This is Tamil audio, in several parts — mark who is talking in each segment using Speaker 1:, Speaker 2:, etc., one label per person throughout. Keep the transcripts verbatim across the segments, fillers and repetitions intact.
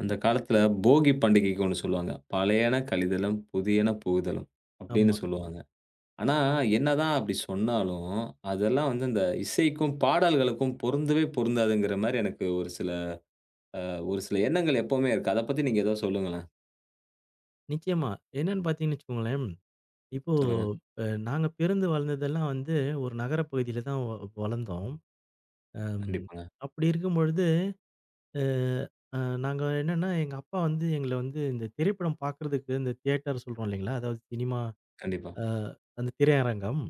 Speaker 1: அந்த காலத்துல போகி பண்டிகைக்கு ஒண்ணு சொல்லுவாங்க. "பழையன கழிதலும், புதியன புகுதலும்" அப்படின்னு
Speaker 2: ஆமா.
Speaker 1: சொல்லுவாங்க. ஆனா, என்னதான் அப்படி சொன்னாலும், அதெல்லாம் வந்து இந்த இசைக்கும், பாடல்களுக்கும் பொருந்தவே பொருந்தாதுங்கிற மாரி எனக்கு ஒரு சில அ ஒரு சில எண்ணங்கள் எப்பவுமே இருக்கு. அத பத்தி நீங்க ஏதோ சொல்லுங்களேன்.
Speaker 2: நிச்சயமா. என்னன்னு பார்த்தீங்கன்னு வச்சுக்கோங்களேன், இப்போ
Speaker 1: சொல்லுங்க.
Speaker 2: அ நாங்க பிறந்து வளர்ந்ததெல்லாம் வந்து ஒரு நகரப் பகுதியில தான் வ வளர்ந்தோம். அம்
Speaker 1: கண்டிப்பாங்க.
Speaker 2: அப்படி இருக்கும்பொழுது, அ அ நாங்க என்னன்னா, எங்க அப்பா வந்து எங்கள வந்து இந்த திரைப்படம் பார்க்கறதுக்கு இந்த தியேட்டர் சொல்றோம் இல்லைங்களா? அதாவது சினிமா
Speaker 1: கண்டிப்பா.
Speaker 2: அ அந்த திரையரங்கம்.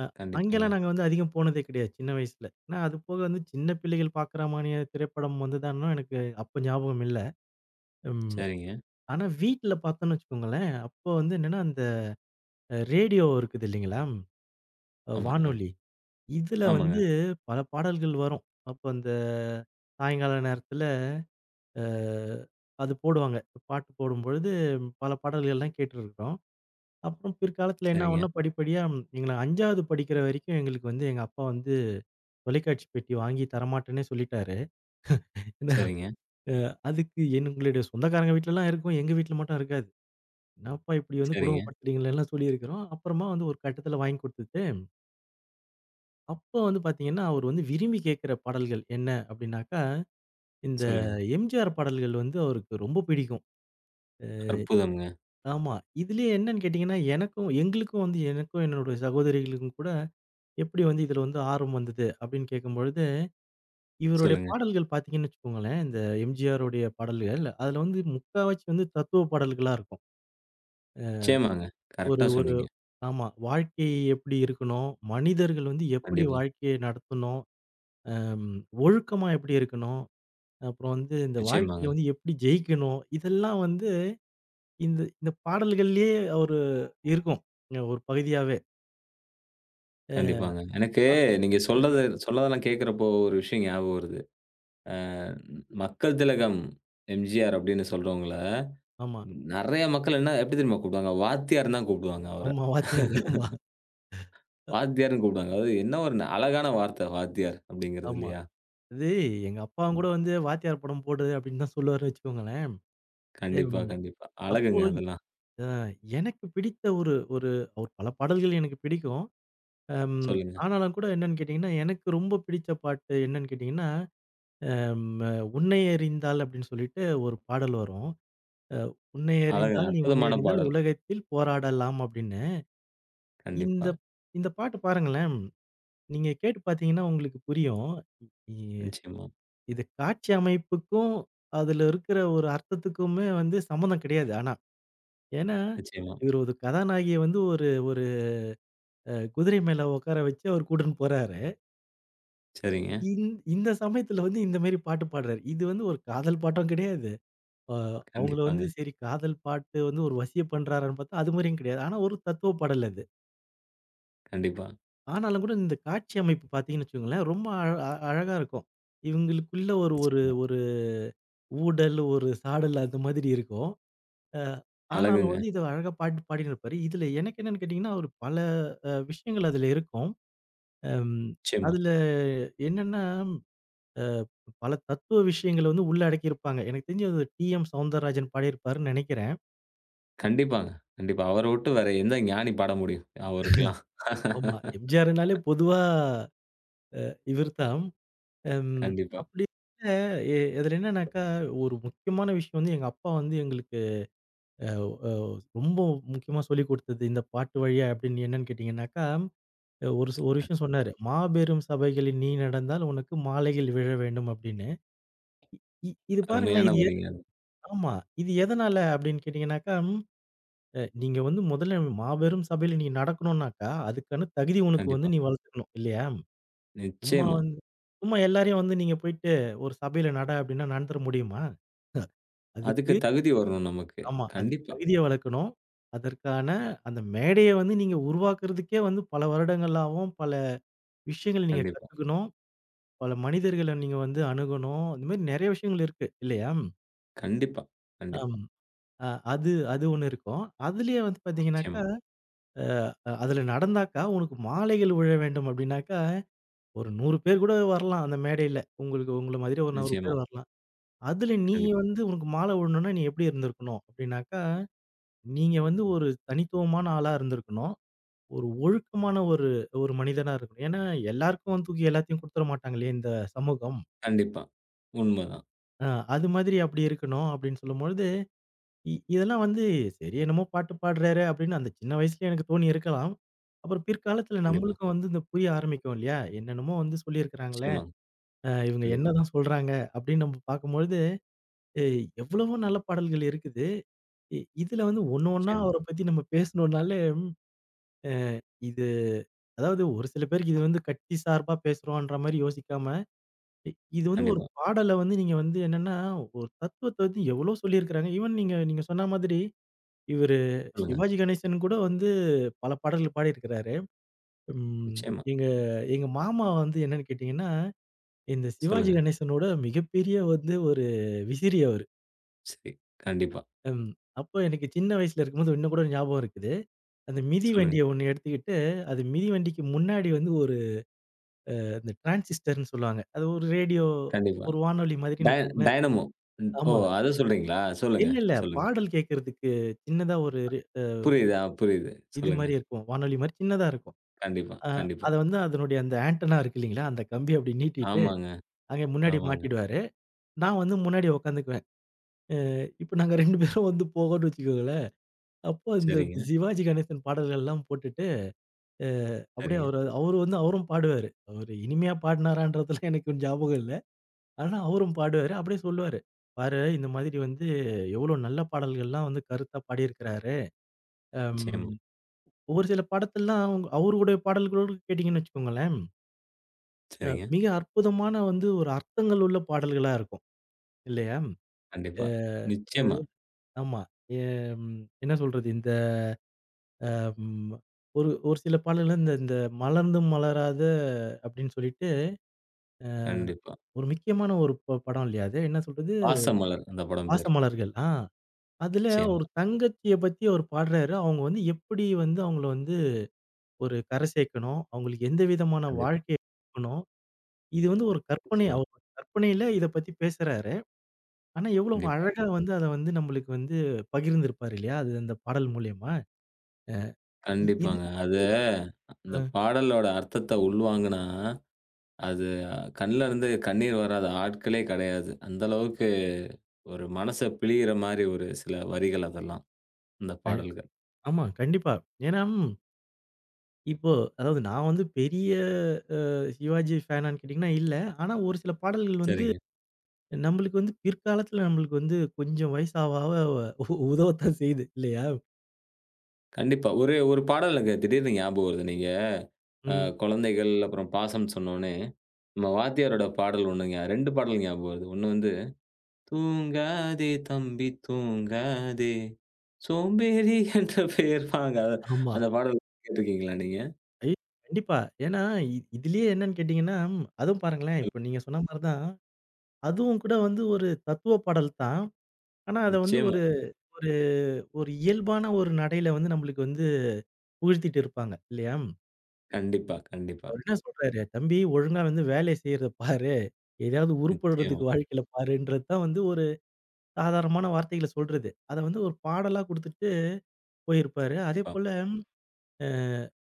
Speaker 2: அ அங்கெல்லாம்
Speaker 1: கண்டிப்பாங்க.
Speaker 2: நாங்க வந்து அதிகம் போனதே கிடையாது, சின்ன வயசுல. ஏன்னா, அது போக வந்து சின்ன பிள்ளைகள் பார்க்குற மாரியான திரைப்படம் வந்துதான்னும் எனக்கு அப்ப ஞாபகம் இல்ல. ம்.
Speaker 1: சரிங்க.
Speaker 2: ஆனா வீட்ல பார்த்தோன்னு வச்சுக்கோங்களேன், அப்போ வந்து என்னன்னா அ ரேடியோ இருக்குது இல்லைங்களா? அ
Speaker 1: ஆமாங்க.
Speaker 2: வானொலி. இதுல
Speaker 1: ஆமாங்க.
Speaker 2: வந்து பல பாடல்கள் வரும். அப்ப அந்த சாயங்கால நேரத்துல அ அது போடுவாங்க. பாட்டு போடும்பொழுது பல பாடல்கள்லாம் கேட்டுருக்கிறோம். அப்புறம் பிற்காலத்துல என்ன
Speaker 1: சரிங்க.
Speaker 2: ஆகும்னா, படிப்படியா எங்கள ஐந்தாவது படிக்கிற வரைக்கும் எங்களுக்கு வந்து எங்க அப்பா வந்து தொலைக்காட்சி பெட்டி வாங்கி தரமாட்டேன்னே சொல்லிட்டாரு.
Speaker 1: சரிங்க.
Speaker 2: அ அதுக்கு எங்களுடைய சொந்தக்காரங்க வீட்லலாம் இருக்கும். எங்க வீட்ல மட்டும் இருக்காது. "என்னப்பா இப்படி வந்து
Speaker 1: சரிங்க.
Speaker 2: கொடுமைப்படுத்துறீங்களேன்லாம்" சொல்லியிருக்கிறோம். அப்புறமா வந்து ஒரு கட்டத்துல வாங்கி குடுத்தது. அப்போ வந்து பார்த்தீங்கன்னா, அவர் வந்து விரும்பி கேட்கிற பாடல்கள் என்ன அப்டின்னாக்கா, இந்த
Speaker 1: சொல்லுங்க.
Speaker 2: எம்ஜிஆர் பாடல்கள் வந்து அவருக்கு ரொம்ப பிடிக்கும். அ
Speaker 1: அற்புதம்ங்க.
Speaker 2: ஆமா. இதுலயே என்னன்னு கேட்டீங்கன்னா, எனக்கும் எங்களுக்கும் வந்து எனக்கும் என்னோட சகோதரிகளுக்கும் கூட எப்படி வந்து இதுல வந்து ஆர்வம் வந்தது அப்டின்னு கேட்கும்பொழுது, இவருடைய
Speaker 1: சொல்லுங்க.
Speaker 2: பாடல்கள் பார்த்தீங்கன்னு வச்சுக்கோங்களேன், இந்த எம்ஜிஆருடைய பாடல்கள், அதுல வந்து முக்காவாசி வந்து தத்துவ பாடல்களா இருக்கும்.
Speaker 1: நிச்சயமாங்க.
Speaker 2: ஒரு
Speaker 1: கரெக்ட்டா
Speaker 2: ஒரு
Speaker 1: சொன்னீங்க.
Speaker 2: ஆமா. வாழ்க்கை எப்படி இருக்கணும்? மனிதர்கள் வந்து எப்படி
Speaker 1: கண்டிப்பா.
Speaker 2: வாழ்க்கையை நடத்தணும்? அம் ஒழுக்கமா எப்படி இருக்கணும்? அப்புறம் வந்து இந்த
Speaker 1: நிச்சயமாங்க.
Speaker 2: வாழ்க்கையில வந்து எப்படி ஜெயிக்கணும்? இதெல்லாம் வந்து இந்த இந்த பாடல்கள்லயே ஒரு இருக்கும். அ ஒரு பகுதியாவே. அ
Speaker 1: கண்டிப்பாங்க. எனக்கு நீங்க சொல்றது சொல்றதெல்லாம் கேட்கிறப்போ ஒரு விஷயம் ஞாபகம் வருது. அ மக்கள் திலகம் எம்ஜிஆர் அப்படின்னு சொல்றவங்கள,
Speaker 2: ஆமா.
Speaker 1: நெறைய மக்கள் என்ன எப்படி தெரியுமா கூப்பிடுவாங்க? வாத்தியார்ன்னு தான் கூப்பிடுவாங்க அவர.
Speaker 2: ஆமா. வாத்தியார். ஆமா,
Speaker 1: வாத்தியார்ன்னு கூப்பிடுவாங்க. அது என்ன ஒரு அழகான வார்த்தை வாத்தியார் அப்படிங்கிறது
Speaker 2: ஆமா.
Speaker 1: இல்லையா?
Speaker 2: அது எங்க அப்பாவும்
Speaker 1: ம்.
Speaker 2: கூட வந்து "வாத்தியார் படம் போடு" அப்படின்னு தான் சொல்லுவாருன்னு வச்சுக்கோங்களேன்.
Speaker 1: கண்டிப்பா,
Speaker 2: ம்.
Speaker 1: கண்டிப்பா.
Speaker 2: அப்போ
Speaker 1: அழகுங்க அதெல்லாம்.
Speaker 2: எனக்கு பிடித்த ஒரு ஒரு அவர் பல பாடல்கள் எனக்கு பிடிக்கும். அம்
Speaker 1: சொல்லுங்க.
Speaker 2: ஆனாலும் கூட என்னன்னு கேட்டீங்கன்னா, எனக்கு ரொம்ப பிடிச்ச பாட்டு என்னன்னு கேட்டீங்கன்னா, அம் "உன்னை அறிந்தால்" அப்படின்னு சொல்லிட்டு ஒரு பாடல் வரும். அ "உன்னை
Speaker 1: அழகு
Speaker 2: அறிந்தால் நீ உன்னை
Speaker 1: அற்புதமான
Speaker 2: அறிந்தால்
Speaker 1: பாடல்.
Speaker 2: உலகத்தில் போராடலாம்" அப்படின்னு. இந்த
Speaker 1: கண்டிப்பா.
Speaker 2: இந்த பாட்டு பாருங்களேன். நீங்க கேட்டு பார்த்தீங்கன்னா உங்களுக்கு புரியும். இ
Speaker 1: நிச்சயமா,
Speaker 2: இது காட்சி அமைப்புக்கும், அதுல இருக்கிற ஒரு அர்த்தத்துக்குமே வந்து சம்மந்தம் கிடையாது ஆனா. ஏன்னா,
Speaker 1: நிச்சயமா.
Speaker 2: இவரு ஒரு கதாநாயகிய வந்து ஒரு ஒரு அ குதிரை மேல உட்கார வச்சு அவரு கூட்டின்னு போறாரு.
Speaker 1: சரிங்க.
Speaker 2: இந் இந்த சமயத்துல வந்து இந்த மாரி பாட்டு பாடுறாரு. இது வந்து ஒரு காதல் பாட்டும் கிடையாது. அ அவங்கள வந்து
Speaker 1: கண்டிப்பாங்க.
Speaker 2: சரி காதல் பாட்டு வந்து ஒரு வசிய பண்றாரான்னு பார்த்தா, அது மாரியும் கிடையாது. ஆனா ஒரு தத்துவ பாடல் அது.
Speaker 1: கண்டிப்பா.
Speaker 2: ஆனாலும் கூட இந்த காட்சி அமைப்பு பார்த்தீங்கன்னு வச்சுக்கோங்களேன், ரொம்ப அழ அ அழகா இருக்கும். இவங்களுக்குள்ள ஒரு ஒரு
Speaker 1: நிச்சயமா.
Speaker 2: ஒரு ஊடல், ஒரு சாடல் அந்த மாதிரி இருக்கும். அ ஆனாலும்
Speaker 1: அழகுங்க.
Speaker 2: வந்து இத அழகா பாட்டு பாடினிருப்பாரு. இதுல எனக்கு என்னன்னு கேட்டீங்கன்னா, ஒரு பல அ விஷயங்கள் அதுல இருக்கும். அம்
Speaker 1: நிச்சயமா.
Speaker 2: அதுல என்னன்னா, அ பல தத்துவ விஷயங்கள வந்து உள்ள அடக்கியிருப்பாங்க. எனக்கு தெரிஞ்சு அது டி.எம். சௌந்தரராஜன் பாடியிருப்பாருன்னு நெனைக்கிறேன்.
Speaker 1: கண்டிப்பாங்க. கண்டிப்பா. அவர விட்டு வேற எந்த ஞானி பாட முடியும்? அவருக்கலாம்.
Speaker 2: ஆமா. எம்ஜிஆர்னாலே பொதுவா இவர்தான். அம்.
Speaker 1: கண்டிப்பா.
Speaker 2: அப்படி இல்ல எ அதில என்னன்னாக்கா, ஒரு முக்கியமான விஷயம் வந்து எங்க அப்பா வந்து எங்களுக்கு அ அ ரொம்ப முக்கியமா சொல்லிக் குடுத்தது இந்த பாட்டு வழியா அப்படின்னு என்னன்னு கேட்டீங்கன்னாக்கா, அஹ், ஒரு சு- ஒரு விஷயம் சொன்னாரு. "மாபெரும் சபைகளில் நீ நடந்தால் உனக்கு மாலைகள் விழ வேண்டும்" அப்படின்னு. இ இ- இது பாருங்களேன்
Speaker 1: அருமையான
Speaker 2: இது எது
Speaker 1: வரிங்க அது.
Speaker 2: ஆமா. இது எதனால அப்படின்னு கேட்டீங்கன்னாக்கா, அ நீங்க வந்து முதல்ல மாபெரும் சபையில நீ நடக்கணும்னாக்கா, அதுக்கான தகுதி உனக்கு வந்து
Speaker 1: கண்டிப்பா.
Speaker 2: நீ வளர்த்துக்கணும் இல்லையா? சும்மா
Speaker 1: நிச்சயமா.
Speaker 2: வந்து சும்மா எல்லாரையும் வந்து நீங்க போயிட்டு ஒரு சபையில நட அப்படின்னா நடந்துற முடியுமா? அதுக்கு
Speaker 1: அதுக்கு தகுதி வரணும் நமக்கு.
Speaker 2: ஆமா. அதுக்கு
Speaker 1: கண்டிப்பா,
Speaker 2: தகுதிய வளர்க்கணும். அதற்கான அந்த மேடைய வந்து நீங்க உருவாக்குறதுக்கே வந்து பல வருடங்களாவும், பல விஷயங்கள் நீங்க
Speaker 1: கண்டிப்பா,
Speaker 2: கத்துக்கணும். பல மனிதர்கள நீங்க வந்து அணுகணும். இந்த மாரி நெறைய விஷயங்கள் இருக்கு இல்லையா?
Speaker 1: கண்டிப்பா, கண்டிப்பா.
Speaker 2: அம் அ அது அது ஒண்ணு இருக்கும். அதுலயே வந்து
Speaker 1: நிச்சயமா,
Speaker 2: பார்த்தீங்கன்னாக்கா, அ அதுல நடந்தாக்கா உனக்கு மாலைகள் விழ வேண்டும் அப்படின்னாக்கா, ஒரு 100 பேர் கூட வரலாம் அந்த மேடையில. உங்களுக்கு உங்கள மாதிரி ஒரு 100
Speaker 1: நிச்சயமா.
Speaker 2: பேர் வரலாம். அதுல நீ
Speaker 1: கண்டிப்பா,
Speaker 2: வந்து உனக்கு மாலை விடணும்னா, நீ எப்படி இருந்திருக்கணும்? அப்படின்னாக்கா, நீங்க வந்து ஒரு தனித்துவமான ஆளா இருந்திருக்கணும். ஒரு ஒழுக்கமான ஒரு ஒரு மனிதனா இருக்கணும். ஏன்னா, எல்லாருக்கும் தூக்கி எல்லாத்தையும் குடுத்துற மாட்டாங்களே இந்த சமூகம்.
Speaker 1: கண்டிப்பா. உண்மதான்.
Speaker 2: அ அது மாதிரி அப்படி இருக்கணும் அப்படின்னு சொல்லும்பொழுது, இ இதெல்லாம் வந்து சரி என்னமோ பாட்டு பாடுறாரே அப்படின்னு அந்த சின்ன வயசுலயே எனக்கு தோணி இருக்கலாம். அப்புறம் பிற்காலத்துல
Speaker 1: கண்டிப்பா.
Speaker 2: நம்மளுக்கும் வந்து இந்த புரிய ஆரம்பிக்கும் இல்லையா? என்னென்னமோ வந்து சொல்லியிருக்கிறாங்களே,
Speaker 1: நிச்சயமாங்க.
Speaker 2: அ இவங்க
Speaker 1: கண்டிப்பா,
Speaker 2: என்னதான் சொல்றாங்க அப்படின்னு நம்ம பார்க்கும்பொழுது, எ எவ்வளவோ நல்ல பாடல்கள் இருக்குது. இ இதுல வந்து ஒண்ணு ஒண்ணா
Speaker 1: நிச்சயமா.
Speaker 2: அவர பத்தி நம்ம பேசணும்னாலே, அ இது அதாவது ஒரு சில பேருக்கு இது வந்து கட்சி சார்பா பேசுறோன்ற மாரி யோசிக்காம, இ இது வந்து ஒரு
Speaker 1: கண்டிப்பா.
Speaker 2: பாடல வந்து நீங்க வந்து என்னன்னா, ஒரு தத்துவத்த வந்து எவ்வளோ சொல்லியிருக்கிறாங்க. ஈவன் நீங்க நீங்க சொன்ன மாதிரி இவரு
Speaker 1: சொல்லுங்க.
Speaker 2: சிவாஜி கணேசன் கூட வந்து பல பாடல்கள் பாடியிருக்கிறாரு. ம்.
Speaker 1: நிச்சயமா.
Speaker 2: எங்க எங்க மாமா வந்து என்னன்னு கேட்டீங்கன்னா, இந்த சிவாஜி
Speaker 1: சொல்லுங்க.
Speaker 2: கணேசனோட மிகப்பெரிய வந்து ஒரு விசிறி அவரு.
Speaker 1: சரி. கண்டிப்பா.
Speaker 2: ம். அப்போ எனக்கு சின்ன வயசுல இருக்கும்போது இன்னும் கூட ஞாபகம் இருக்குது. அந்த மிதி
Speaker 1: சொல்லுங்க.
Speaker 2: வண்டிய ஒண்ணு எடுத்துக்கிட்டு, அது மிதிவண்டிக்கு முன்னாடி வந்து ஒரு அந்த டிரான்சிஸ்டர்ன்னு சொல்லுவாங்க. அது ஒரு ரேடியோ,
Speaker 1: கண்டிப்பா.
Speaker 2: ஒரு வானொலி மாதிரின்னு
Speaker 1: டய
Speaker 2: வச்சுக்கோங்களேன்.
Speaker 1: டயனமோ. ம். ஓ!
Speaker 2: ஆமா.
Speaker 1: அத சொல்றீங்களா? சொல்லுங்க,
Speaker 2: இல்ல, இல்ல.
Speaker 1: சொல்லுங்க.
Speaker 2: பாடல் கேட்கறதுக்கு சின்னதா ஒரு ரே
Speaker 1: புரியுது. ஆ புரியுது.
Speaker 2: இது
Speaker 1: சொல்லுங்க.
Speaker 2: மாரி இருக்கும். வானொலி மாரி சின்னதா இருக்கும்.
Speaker 1: கண்டிப்பா,
Speaker 2: அ
Speaker 1: கண்டிப்பா.
Speaker 2: அத வந்து அதனுடைய அந்த ஆண்டனா இருக்கு இல்லீங்களா? அந்த கம்பிய அப்படி நீட்டிட்டு,
Speaker 1: ஆமாங்க,
Speaker 2: அங்க முன்னாடி
Speaker 1: ஆமாங்க.
Speaker 2: மாட்டிடுவாரு. நான் வந்து முன்னாடி உட்காந்துக்குவேன். அ இப்ப நாங்க 2 பேரும் வந்து போகோம்ன்னு வச்சுக்கோங்களேன். அப்போ இந்த
Speaker 1: சரிங்க,
Speaker 2: சிவாஜி கணேசன் பாடல்கள்லாம் போட்டுட்டு, அ அப்படியே
Speaker 1: சரிங்க.
Speaker 2: அவரு அவரு வந்து அவரும் பாடுவாரு. அவரு இனிமையா பாடுனாரான்றதெல்லாம் எனக்கு ஞாபகம் இல்ல. ஆனா, அவரும் பாடுவாரு. அப்படியே சொல்லுவாரு. "பாரு இந்த மாதிரி வந்து எவ்ளோ நல்ல பாடல்கள்லாம் வந்து கருத்தா பாடியிருக்கிறாரு. அம்
Speaker 1: நிச்சயமா.
Speaker 2: ஒரு சில பாடத்தெல்லாம் அவங்க அவருடைய பாடல்களோடு கேட்டீங்கன்னு வச்சுக்கோங்களேன், அ
Speaker 1: சரிங்க.
Speaker 2: மிக அற்புதமான வந்து ஒரு அர்த்தங்கள் உள்ள பாடல்களா இருக்கும். இல்லையா? அ
Speaker 1: கண்டிப்பா. நிச்சயமா.
Speaker 2: என்னது ஆமா. எம் என்ன சொல்றது? இந்த ம் ஒரு ஒரு சில பாடல்கள் இந்த இந்த மலர்ந்தும் மலராத அப்படின்னு சொல்லிட்டு,
Speaker 1: கண்டிப்பா.
Speaker 2: ஒரு முக்கியமான ஒரு ப படம் இல்லையா அது? என்ன சொல்றது?
Speaker 1: "பாசமலர்" அந்த படம் பேரு.
Speaker 2: பாசமலர்கள். ஆ. அதுல
Speaker 1: நிச்சயமா.
Speaker 2: ஒரு தங்கச்சிய பத்தி அவர் பாடுறாரு. அவங்க வந்து எப்படி வந்து அவங்கள வந்து ஒரு கரை சேர்க்கணும், அவங்களுக்கு எந்த விதமான
Speaker 1: கண்டிப்பா.
Speaker 2: வாழ்க்கைய குடுக்கணும். இது வந்து ஒரு கற்பனை
Speaker 1: நிச்சயமா.
Speaker 2: அவரோட கற்பனையில இத பத்தி பேசுறாரு. ஆனா எவ்வளவு
Speaker 1: கண்டிப்பா.
Speaker 2: அழகா வந்து அத வந்து நம்மளுக்கு வந்து பகிர்ந்திருப்பாரு இல்லையா? அது அந்த பாடல் மூலியமா. இ இது
Speaker 1: கண்டிப்பாங்க. அத
Speaker 2: மாதிரி
Speaker 1: அந்த
Speaker 2: அ
Speaker 1: பாடலோட அர்த்தத்த உள்வாங்குனா, அது கண்ல இருந்து கண்ணீர் வராத ஆட்களே கிடையாது. அந்த அளவுக்கு ஒரு மனச பிழியிற மாரி ஒரு சில வரிகள் அதெல்லாம். அந்த
Speaker 2: க
Speaker 1: பாடல்கள்.
Speaker 2: ஆமா கண்டிப்பா. ஏன்னா ம், இப்போ அதாவது நான் வந்து பெரிய சிவாஜி ஃபேனான்னு கேட்டீங்கன்னா இல்ல. ஆனா ஒரு சில பாடல்கள் வந்து
Speaker 1: சரிங்க.
Speaker 2: நம்மளுக்கு வந்து பிற்காலத்துல நம்மளுக்கு வந்து கொஞ்சம் வயசு ஆவ ஆவ உ உதவத்தான் செய்யுது இல்லையா?
Speaker 1: கண்டிப்பா. ஒரு ஒரு பாடல் எனக்கு திடீர்னு ஞாபகம் வருது. நீங்க அ
Speaker 2: ம்.
Speaker 1: குழந்தைகள் அப்புறம் பாசம் சொன்னோனே, நம்ம வாத்தியாரோட பாடல் ஒண்ணுங்க ரெண்டு பாடல் ஞாபகம் வருது. ஒண்ணு வந்து, "தூங்காதே தம்பி தூங்காதே, சோம்பேறி என்ற பெயர் வாங்காத"
Speaker 2: ஆமா.
Speaker 1: அந்த பாடல் கேட்டுருக்கீங்களா நீங்க?
Speaker 2: ஐ கண்டிப்பா. ஏன்னா இ இதுலயே என்னன்னு கேட்டீங்கன்னா, ம், அதுவும் பாருங்களேன், இப்ப நீங்க சொன்ன மாரி தான், அதுவும் கூட வந்து ஒரு தத்துவ பாடல் தான். ஆனா அத வந்து
Speaker 1: நிச்சயமா.
Speaker 2: ஒரு ஒரு ஒரு இயல்பான ஒரு நடையில வந்து நம்மளுக்கு வந்து புகழ்த்திட்டு இருப்பாங்க இல்லையா?
Speaker 1: கண்டிப்பா, கண்டிப்பா.
Speaker 2: அவரு என்ன சொல்றாரு, "தம்பி ஒழுங்கா வந்து வேலைய செய்றத பாரு. எதையாவது
Speaker 1: நிச்சயமா,
Speaker 2: உருப்படுறதுக்கு வாழ்க்கையில பாருன்றது" தான் வந்து ஒரு சாதாரணமான வார்த்தைகள சொல்றது. அத வந்து ஒரு பாடலா குடுத்துட்டு போயிருப்பாரு.
Speaker 1: கண்டிப்பா.
Speaker 2: அதேபோல அ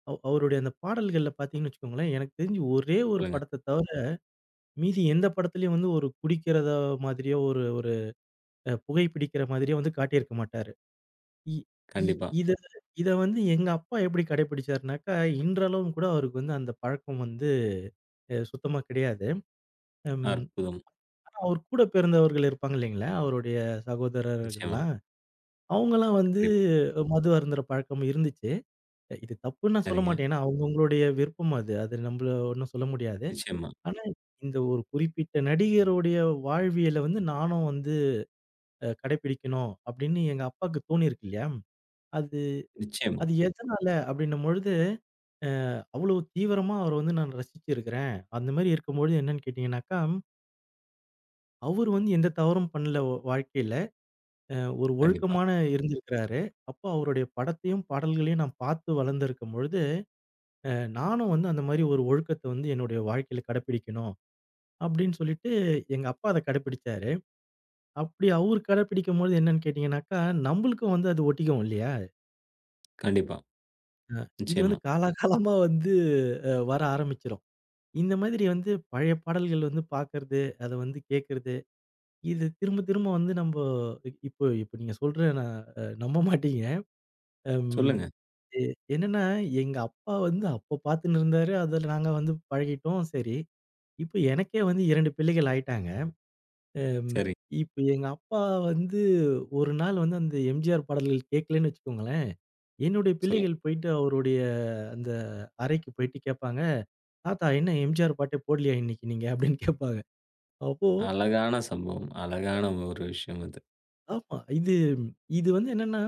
Speaker 2: அவ் அவருடைய அந்த பாடல்கள்ல பார்த்தீங்கன்னு வச்சுக்கோங்களேன், எனக்கு தெரிஞ்சு ஒரே ஒரு
Speaker 1: சொல்லுங்க.
Speaker 2: படத்த தவிர, மீதி எந்த படத்துலயும் வந்து ஒரு குடிக்கிறத மாதிரியோ, ஒரு ஒரு அ புகை பிடிக்கிற மாதிரியோ வந்து காட்டியிருக்க மாட்டாரு. இ இ
Speaker 1: கண்டிப்பா.
Speaker 2: இத இத வந்து எங்க அப்பா எப்படி கடைப்பிடிச்சாருனாக்கா, இன்றளவும் கூட அவருக்கு வந்து அந்த பழக்கம் வந்து அ சுத்தமா கிடையாது. ம்.
Speaker 1: அற்புதம்.
Speaker 2: ஆனா அவர் கூட பிறந்தவர்கள் இருப்பாங்க இல்லைங்களா, அவருடைய
Speaker 1: நிச்சயமா.
Speaker 2: சகோதரர்கள்லாம். அவங்கலாம் வந்து
Speaker 1: கண்டிப்பா.
Speaker 2: மது அருந்துற பழக்கம் இருந்துச்சு. இது தப்புன்னு நான் சொல்ல
Speaker 1: சரிங்க.
Speaker 2: மாட்டேன். ஏன்னா அவங்கவங்களுடைய விருப்பம் அது. அது நம்மள ஒண்ணும் சொல்ல முடியாது.
Speaker 1: நிச்சயமா,
Speaker 2: ஆனா, இந்த ஒரு குறிப்பிட்ட நடிகருடைய வாழ்வியல வந்து நானும் வந்து அ கடைப்பிடிக்கணும் அப்படின்னு எங்க அப்பாக்கு தோணியிருக்கு இல்லையா? அது
Speaker 1: நிச்சயமா.
Speaker 2: அது எதனால அப்படின்னும் பொழுது, அவ்வளவு தீவிரமா அவர வந்து நான் ரசிச்சிருக்கிறேன். அந்த மாரி இருக்கும்பொழுது என்னன்னு கேட்டீங்கன்னாக்கா, அவரு வந்து எந்த தவறும் பண்ணல வ வாழ்க்கையில. அ ஒரு
Speaker 1: கண்டிப்பா,
Speaker 2: ஒழுக்கமான இருந்திருக்கிறாரு. அப்போ அவருடைய படத்தையும், பாடல்களையும் நான் பார்த்து வளர்ந்திருக்கும் பொழுது, அ நானும் வந்து அந்த மாரி ஒரு ஒழுக்கத்த வந்து என்னுடைய வாழ்க்கையில கடைப்பிடிக்கணும் அப்படின்னு சொல்லிட்டு எங்க அப்பா அத கடைப்பிடிச்சாரு. அப்படி அவரு கடைப்பிடிக்கும்போது என்னன்னு கேட்டீங்கன்னாக்கா, நம்பளுக்கும் வந்து அது ஒட்டிக்கும் இல்லையா?
Speaker 1: கண்டிப்பா.
Speaker 2: இது வந்து
Speaker 1: நிச்சயமா.
Speaker 2: காலாகாலமா வந்து அ வர ஆரம்பிச்சுரும். இந்த மாதிரி வந்து பழைய பாடல்கள் வந்து பார்க்கறது, அத வந்து கேட்கறது, இது திரும்ப திரும்ப வந்து நம்ப இப்போ இப்போ நீங்க சொல்ற நான் அ நம்ப மாட்டீங்க. அம்
Speaker 1: சொல்லுங்க.
Speaker 2: எ என்னன்னா, எங்க அப்பா வந்து அப்ப பார்த்துன்னு இருந்தாரு. அதுல நாங்க வந்து பழகிட்டோம். சரி. இப்போ எனக்கே வந்து 2 பிள்ளைகள் ஆயிட்டாங்க. அம்.
Speaker 1: சரி.
Speaker 2: இப்ப எங்க அப்பா வந்து ஒரு நாள் வந்து அந்த எம்ஜிஆர் பாடல்கள் கேட்கலன்னு வச்சுக்கோங்களேன், என்னுடைய
Speaker 1: சொல்லுங்க.
Speaker 2: பிள்ளைகள் போயிட்டு அவருடைய அந்த அறைக்கு போயிட்டு கேட்பாங்க, "தாத்தா என்ன எம்ஜிஆர் பாட்டே போடலையா இன்னைக்கு நீங்க?" அப்படின்னு கேட்பாங்க. அப்போ
Speaker 1: அழகான சம்பவம். அழகான ஒரு விஷயம் அது.
Speaker 2: ஆமா. இது இது வந்து என்னன்னா,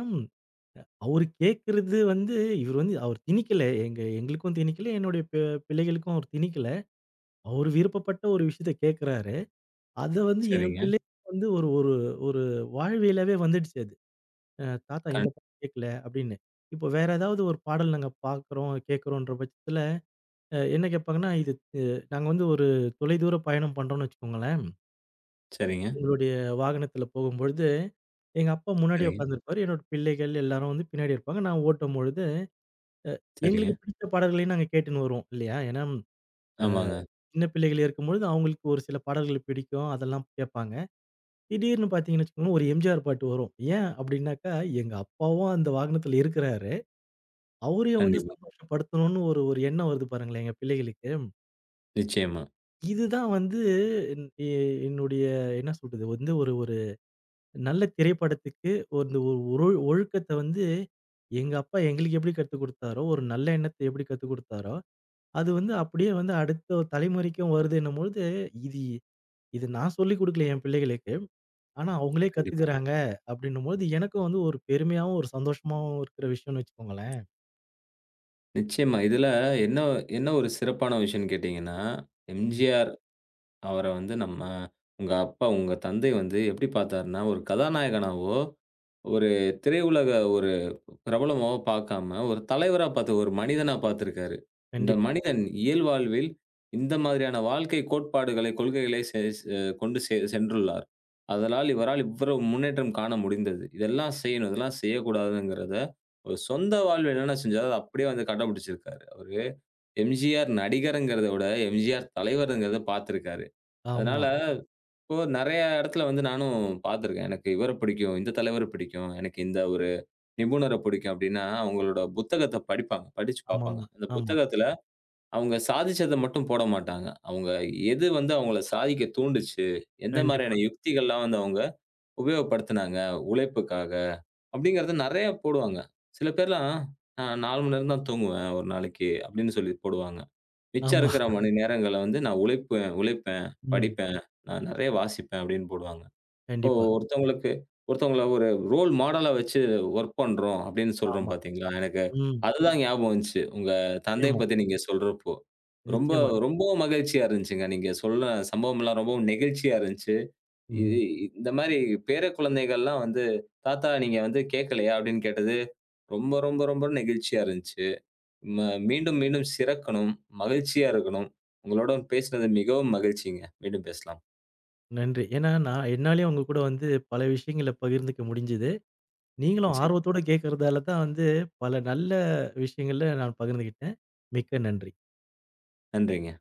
Speaker 2: அவரு கேட்கறது வந்து இவரு வந்து அவர் திணிக்கல. எங்க எங்களுக்கும் திணிக்கல, என்னுடைய பி பிள்ளைகளுக்கும் அவர் திணிக்கல. அவரு விருப்பப்பட்ட ஒரு விஷயத்த கேட்கறாரு. அத வந்து என்
Speaker 1: சரிங்க.
Speaker 2: பிள்ளை வந்து ஒரு ஒரு ஒரு வாழ்வியலாவே வந்துடுச்சு அது. அ தாத்தா
Speaker 1: கண்
Speaker 2: இந்த பாட்டு கேட்கல அப்படின்னு. இப்போ வேற ஏதாவது ஒரு பாடல் நாங்க பார்க்குறோம், கேட்குறோன்ற பட்சத்தில அ என்ன கேட்பாங்கன்னா, இது அ நாங்க வந்து ஒரு தொலைதூர பயணம் பண்றோம்னு வச்சுக்கோங்களேன்.
Speaker 1: சரிங்க,
Speaker 2: எங்களுடைய வாகனத்தில போகும்பொழுது, எங்க அப்பா முன்னாடி
Speaker 1: சரிங்க,
Speaker 2: உட்கார்ந்திருப்பாரு. என்னோட பிள்ளைகள் எல்லாரும் வந்து பின்னாடி இருப்பாங்க. நான் ஓட்டும்பொழுது,
Speaker 1: சரிங்க.
Speaker 2: எங்களுக்கு பிடித்த பாடல்களையும் நாங்க கேட்டுன்னு வருவோம் இல்லையா? ஏன்னா
Speaker 1: ஆமாங்க.
Speaker 2: சின்ன பிள்ளைகள் இருக்கும்பொழுது அவங்களுக்கு ஒரு சில பாடல்கள் பிடிக்கும். அதெல்லாம் கேட்பாங்க. திடீர்னு பார்த்தீங்கன்னு வச்சுக்கோங்களேன், ஒரு எம்ஜிஆர் பாட்டு வரும். ஏன் அப்படின்னாக்கா, எங்க அப்பாவும் அந்த வாகனத்தில இருக்கிறாரு. அவரையும் வந்து
Speaker 1: கண்டிப்பா.
Speaker 2: சந்தோஷப்படுத்தணும்னு ஒரு ஒரு எண்ணம் வருது பாருங்களேன் எங்க பிள்ளைகளுக்கு.
Speaker 1: நிச்சயமா,
Speaker 2: இதுதான் வந்து என் எ என்னுடைய என்ன சொல்றது வந்து ஒரு ஒரு நல்ல திரைப்படத்துக்கு ஒரு இந்த ஒரு ஒழுக்கத்த வந்து எங்க அப்பா எங்களுக்கு எப்படி கத்துக் குடுத்தாரோ, ஒரு நல்ல எண்ணத்த எப்படி கத்துக் குடுத்தாரோ, அது வந்து அப்படியே வந்து அடுத்த ஒரு தலைமுறைக்கும் வருதுன்னும்பொழுது, இது இது நான் சொல்லிக் குடுக்கல என் பிள்ளைகளுக்கு. ஆனா அவங்களே
Speaker 1: கண்டிப்பா.
Speaker 2: கத்துக்கிறாங்க அப்படின்னும்போது எனக்கும் வந்து ஒரு பெருமையாவும், ஒரு சந்தோஷமாவும் இருக்கிற விஷயம்னு வச்சுக்கோங்களேன்.
Speaker 1: நிச்சயமா. இதுல என்ன என்ன ஒரு சிறப்பான விஷயம்னு கேட்டீங்கன்னா,
Speaker 2: ம்.
Speaker 1: எம்ஜிஆர் அவர வந்து நம்ம உங்க அப்பா, உங்க தந்தை வந்து எப்படி பார்த்தாருன்னா, ஒரு கதாநாயகனாவோ, ஒரு திரையுலக ஒரு பிரபலமா பார்க்காம, ஒரு தலைவரா பார்த்து, ஒரு மனிதனா பார்த்திருக்காரு. இந்த
Speaker 2: கண்டிப்பா.
Speaker 1: மனிதன் இயல்வாழ்வில் இந்த மாதிரியான வாழ்க்கை கோட்பாடுகளை, கொள்கைகளை செ செ கொண்டு செ சென்றுள்ளார். அதனால் இவரால் இவ்வளவு முன்னேற்றம் காண முடிந்தது. இதெல்லாம் செய்யணும், இதெல்லாம் செய்யக்கூடாதுங்கிறத, ஒரு சொந்த வாழ்வில் என்னென்ன செஞ்சாரோ, அத அப்படியே வந்து கடைபிடிச்சிருக்காரு. அவரு எம்ஜிஆர் நடிகர்ங்கிறத விட, எம்ஜிஆர் தலைவர்ங்கிறத பார்த்திருக்காரு.
Speaker 2: ஆமா.
Speaker 1: அதனால இப்போ நெறைய இடத்துல வந்து நானும் பார்த்திருக்கேன். எனக்கு இவர பிடிக்கும், இந்த தலைவர பிடிக்கும், எனக்கு இந்த ஒரு நிபுணர பிடிக்கும் அப்படின்னா, அவங்களோட புத்தகத்த படிப்பாங்க. படிச்சு பார்ப்பாங்க.
Speaker 2: ஆமாமா.
Speaker 1: அந்த
Speaker 2: ஆமா. ஆமா
Speaker 1: புத்தகத்துல அவங்க சாதிச்சத மட்டும் போட மாட்டாங்க. அவங்க எது வந்து அவங்கள சாதிக்க தூண்டுச்சு, எந்த
Speaker 2: கண்டிப்பா.
Speaker 1: மாரியான யுக்திகள்லாம் வந்து அவங்க உபயோகப்படுத்துனாங்க உழைப்புக்காக, அப்படிங்கிறத நெறைய போடுவாங்க. சில பேர்லாம் "நான் நாலு மணி நேரம் தான் தூங்குவேன் ஒரு நாளைக்கு" அப்படின்னு சொல்லி போடுவாங்க. மிச்சம்
Speaker 2: ஆமா.
Speaker 1: இருக்கிற மணி நேரங்கள்ல வந்து "நான் உழைப்பேன் உழைப்பேன்,
Speaker 2: ம்.
Speaker 1: படிப்பேன், நான் நெறைய வாசிப்பேன்" அப்படின்னு போடுவாங்க.
Speaker 2: கண்டிப்பா.
Speaker 1: ஒருத்தவங்களுக்கு ஒருத்தவங்கள ஒரு ரோல் மாடலா வச்சு ஒர்க் பண்றோம் அப்படின்னு சொல்றோம்
Speaker 2: ஆமா.
Speaker 1: பார்த்தீங்களா? எனக்கு
Speaker 2: ம்.
Speaker 1: அதுதான் ஞாபகம் வந்துச்சு. உங்க தந்தைய
Speaker 2: நிச்சயமா,
Speaker 1: பத்தி நீங்க சொல்றப்போ. ரொம்ப
Speaker 2: நிச்சயமா.
Speaker 1: ரொம்பவும் மகிழ்ச்சியா இருந்துச்சுங்க. நீங்க சொன்ன சம்பவம்லாம் ரொம்பவும் நெகிழ்ச்சியா இருந்துச்சு. இது
Speaker 2: ம்.
Speaker 1: இந்த மாரி பேர குழந்தைகள்லாம் வந்து, "தாத்தா நீங்க வந்து கேட்கலையா?" அப்படின்னு கேட்டது ரொம்ப ரொம்ப ரொம்ப நெகிழ்ச்சியா இருந்துச்சு. ம மீண்டும் மீண்டும் சிறக்கணும். மகிழ்ச்சியா இருக்கணும். உங்களுடன் பேசினது மிகவும் மகிழ்ச்சிங்க. மீண்டும் பேசலாம்.
Speaker 2: நன்றி. ஏன்னா, நான் என்னாலயும் உங்க கூட வந்து பல விஷயங்கள பகிர்ந்துக்க முடிஞ்சது. நீங்களும்
Speaker 1: நிச்சயம்.
Speaker 2: ஆர்வத்தோட கேட்கறதால தான் வந்து பல நல்ல விஷயங்கள நான் பகிர்ந்துகிட்டேன். மிக்க நன்றி.
Speaker 1: நன்றிங்க.